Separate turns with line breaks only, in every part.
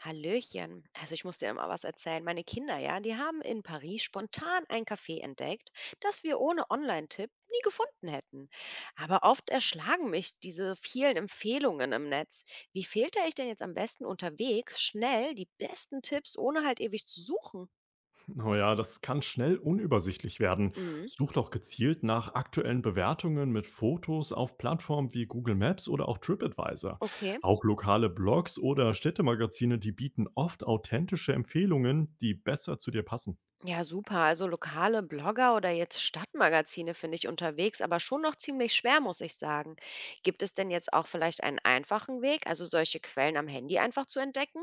Hallöchen. Also ich muss dir mal was erzählen. Meine Kinder, ja, die haben in Paris spontan ein Café entdeckt, das wir ohne Online-Tipp nie gefunden hätten. Aber oft erschlagen mich diese vielen Empfehlungen im Netz. Wie filter ich denn jetzt am besten unterwegs schnell die besten Tipps, ohne halt ewig zu suchen?
Oh ja, das kann schnell unübersichtlich werden.
Mhm,
Such doch gezielt nach aktuellen Bewertungen mit Fotos auf Plattformen wie Google Maps oder auch TripAdvisor.
okay.
Auch lokale Blogs oder Städtemagazine, die bieten oft authentische Empfehlungen, die besser zu dir passen.
Ja, super. Also lokale Blogger oder jetzt Stadtmagazine finde ich unterwegs, aber schon noch ziemlich schwer, muss ich sagen. Gibt es denn jetzt auch vielleicht einen einfachen Weg, also solche Quellen am Handy einfach zu entdecken?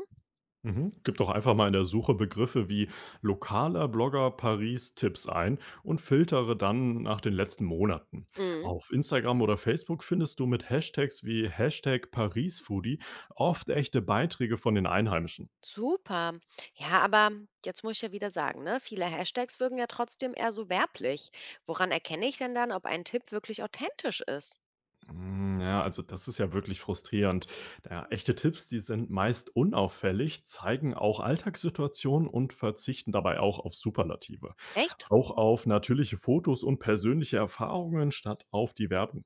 Mhm. Gib doch einfach mal in der Suche Begriffe wie lokaler Blogger Paris Tipps ein und filtere dann nach den letzten Monaten.
Mhm.
Auf Instagram oder Facebook findest du mit Hashtags wie Hashtag ParisFoodie oft echte Beiträge von den Einheimischen.
Super. Ja, aber jetzt muss ich ja wieder sagen, ne? Viele Hashtags wirken ja trotzdem eher so werblich. Woran erkenne ich denn dann, ob ein Tipp wirklich authentisch ist?
Ja, also das ist ja wirklich frustrierend. Da echte Tipps, die sind meist unauffällig, zeigen auch Alltagssituationen und verzichten dabei auch auf Superlative.
Echt?
Auch auf natürliche Fotos und persönliche Erfahrungen statt auf die Werbung.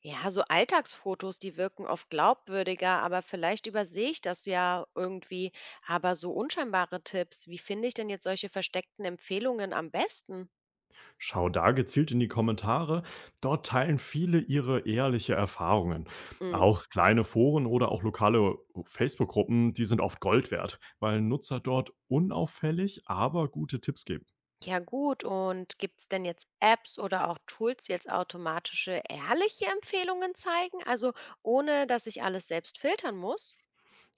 Ja, so Alltagsfotos, die wirken oft glaubwürdiger, aber vielleicht übersehe ich das ja irgendwie. Aber so unscheinbare Tipps, wie finde ich denn jetzt solche versteckten Empfehlungen am besten?
Schau da gezielt in die Kommentare. Dort teilen viele ihre ehrliche Erfahrungen.
Mm,
Auch kleine Foren oder auch lokale Facebook-Gruppen, die sind oft Gold wert, weil Nutzer dort unauffällig, aber gute Tipps geben.
ja gut, und gibt es denn jetzt Apps oder auch Tools, die jetzt automatische, ehrliche Empfehlungen zeigen? Also ohne, dass ich alles selbst filtern muss?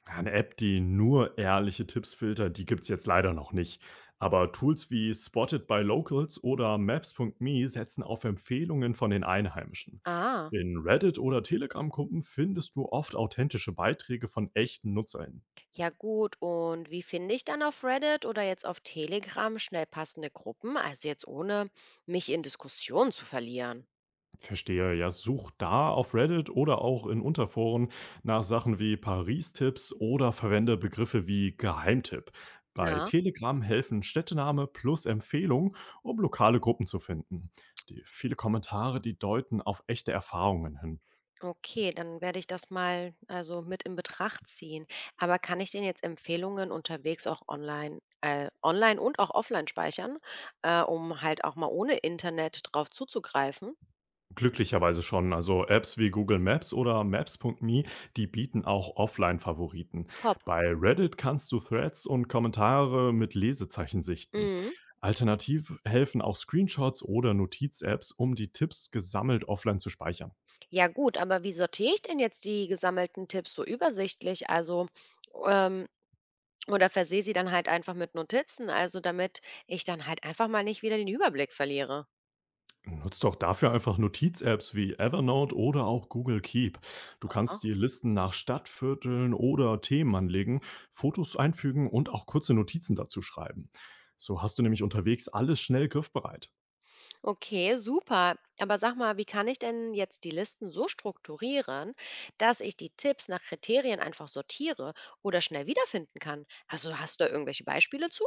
Eine App, die nur ehrliche Tipps filtert, die gibt's jetzt leider noch nicht. Aber Tools wie Spotted by Locals oder Maps.me setzen auf Empfehlungen von den Einheimischen.
Ah,
In Reddit oder Telegram-Gruppen findest du oft authentische Beiträge von echten NutzerInnen.
ja gut, und wie finde ich dann auf Reddit oder jetzt auf Telegram schnell passende Gruppen? Also jetzt ohne mich in Diskussionen zu verlieren.
Verstehe. Ja, such da auf Reddit oder auch in Unterforen nach Sachen wie Paris-Tipps oder verwende Begriffe wie Geheimtipp. Bei
Ja.
Telegram helfen Städtename plus Empfehlung, um lokale Gruppen zu finden. Die viele Kommentare, die deuten auf echte Erfahrungen hin.
Okay, dann werde ich das mal also mit in Betracht ziehen. Aber kann ich denn jetzt Empfehlungen unterwegs auch online, online und auch offline speichern, um halt auch mal ohne Internet drauf zuzugreifen?
Glücklicherweise schon. Also Apps wie Google Maps oder Maps.me, die bieten auch Offline-Favoriten.
Top.
Bei Reddit kannst du Threads und Kommentare mit Lesezeichen sichten.
Mhm.
Alternativ helfen auch Screenshots oder Notiz-Apps, um die Tipps gesammelt offline zu speichern.
Ja gut, aber wie sortiere ich denn jetzt die gesammelten Tipps so übersichtlich? Also ähm, oder versehe sie dann halt einfach mit Notizen, also damit ich dann halt einfach mal nicht wieder den Überblick verliere.
Nutzt doch dafür einfach Notiz-Apps wie Evernote oder auch Google Keep. Du kannst die Listen nach Stadtvierteln oder Themen anlegen, Fotos einfügen und auch kurze Notizen dazu schreiben. So hast du nämlich unterwegs alles schnell griffbereit.
Okay, super. Aber sag mal, wie kann ich denn jetzt die Listen so strukturieren, dass ich die Tipps nach Kriterien einfach sortiere oder schnell wiederfinden kann? Also hast du da irgendwelche Beispiele zu?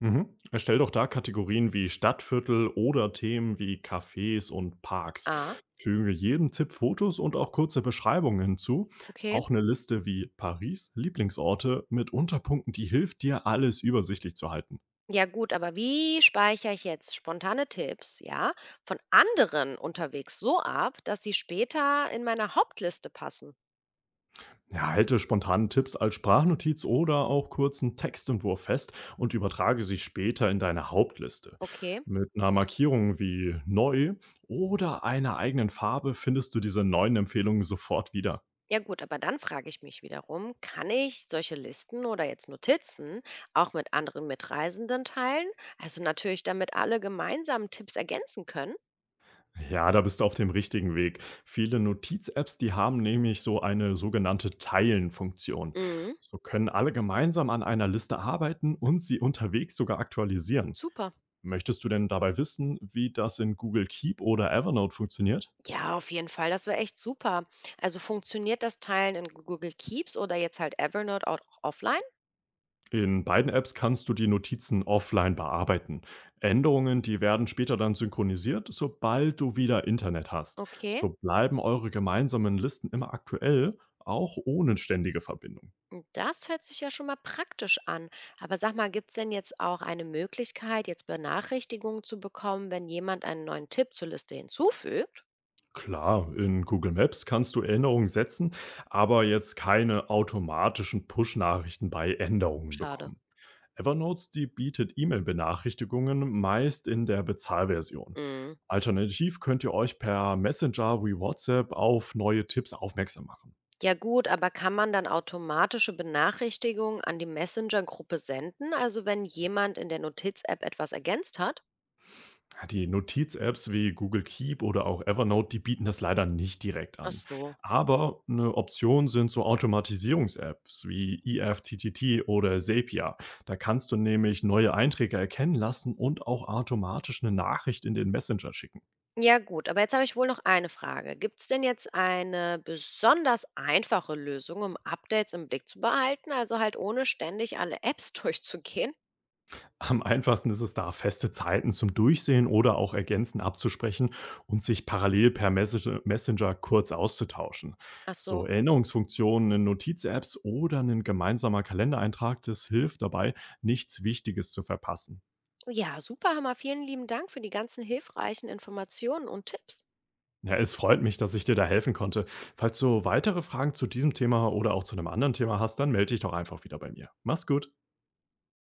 Mhm. Erstell doch da Kategorien wie Stadtviertel oder Themen wie Cafés und Parks.
Ah,
Füge jedem Tipp Fotos und auch kurze Beschreibungen hinzu.
okay.
Auch eine Liste wie Paris, Lieblingsorte mit Unterpunkten, die hilft dir, alles übersichtlich zu halten.
Ja gut, aber wie speichere ich jetzt spontane Tipps, ja, von anderen unterwegs so ab, dass sie später in meiner Hauptliste passen?
Ja, halte spontane Tipps als Sprachnotiz oder auch kurzen Textentwurf fest und übertrage sie später in deine Hauptliste.
Okay.
Mit einer Markierung wie neu oder einer eigenen Farbe findest du diese neuen Empfehlungen sofort wieder.
Ja gut, aber dann frage ich mich wiederum, kann ich solche Listen oder jetzt Notizen auch mit anderen Mitreisenden teilen? Also natürlich, damit alle gemeinsam Tipps ergänzen können.
Ja, da bist du auf dem richtigen Weg. Viele Notiz-Apps, die haben nämlich so eine sogenannte Teilen-Funktion.
Mhm,
So können alle gemeinsam an einer Liste arbeiten und sie unterwegs sogar aktualisieren.
super.
Möchtest du denn dabei wissen, wie das in Google Keep oder Evernote funktioniert?
Ja, auf jeden Fall, das wäre echt super. Also funktioniert das Teilen in Google Keeps oder jetzt halt Evernote auch offline?
In beiden Apps kannst du die Notizen offline bearbeiten. Änderungen, die werden später dann synchronisiert, sobald du wieder Internet hast.
Okay,
So bleiben eure gemeinsamen Listen immer aktuell, auch ohne ständige Verbindung.
und das hört sich ja schon mal praktisch an. Aber sag mal, gibt es denn jetzt auch eine Möglichkeit, jetzt Benachrichtigungen zu bekommen, wenn jemand einen neuen Tipp zur Liste hinzufügt?
Klar, in Google Maps kannst du Erinnerungen setzen, aber jetzt keine automatischen Push-Nachrichten bei Änderungen
Schade.
bekommen. Evernote, die bietet E-Mail-Benachrichtigungen meist in der Bezahlversion.
Mm.
Alternativ könnt ihr euch per Messenger wie WhatsApp auf neue Tipps aufmerksam machen.
Ja gut, aber kann man dann automatische Benachrichtigungen an die Messenger-Gruppe senden? Also wenn jemand in der Notiz-App etwas ergänzt hat?
Ja, die Notiz-Apps wie Google Keep oder auch Evernote, die bieten das leider nicht direkt
Ach
an.
so.
Aber eine Option sind so Automatisierungs-Apps wie EFTTT oder Zapier. Da kannst du nämlich neue Einträge erkennen lassen und auch automatisch eine Nachricht in den Messenger schicken.
Ja gut, aber jetzt habe ich wohl noch eine Frage. Gibt es denn jetzt eine besonders einfache Lösung, um Updates im Blick zu behalten? Also halt ohne ständig alle Apps durchzugehen?
Am einfachsten ist es da, feste Zeiten zum Durchsehen oder auch Ergänzen abzusprechen und sich parallel per Messenger kurz auszutauschen.
Ach so.
So Erinnerungsfunktionen in Notiz-Apps oder ein gemeinsamer Kalendereintrag, das hilft dabei, nichts Wichtiges zu verpassen.
Ja, super, Hammer. Vielen lieben Dank für die ganzen hilfreichen Informationen und Tipps.
Ja, es freut mich, dass ich dir da helfen konnte. Falls du weitere Fragen zu diesem Thema oder auch zu einem anderen Thema hast, dann melde dich doch einfach wieder bei mir. Mach's gut.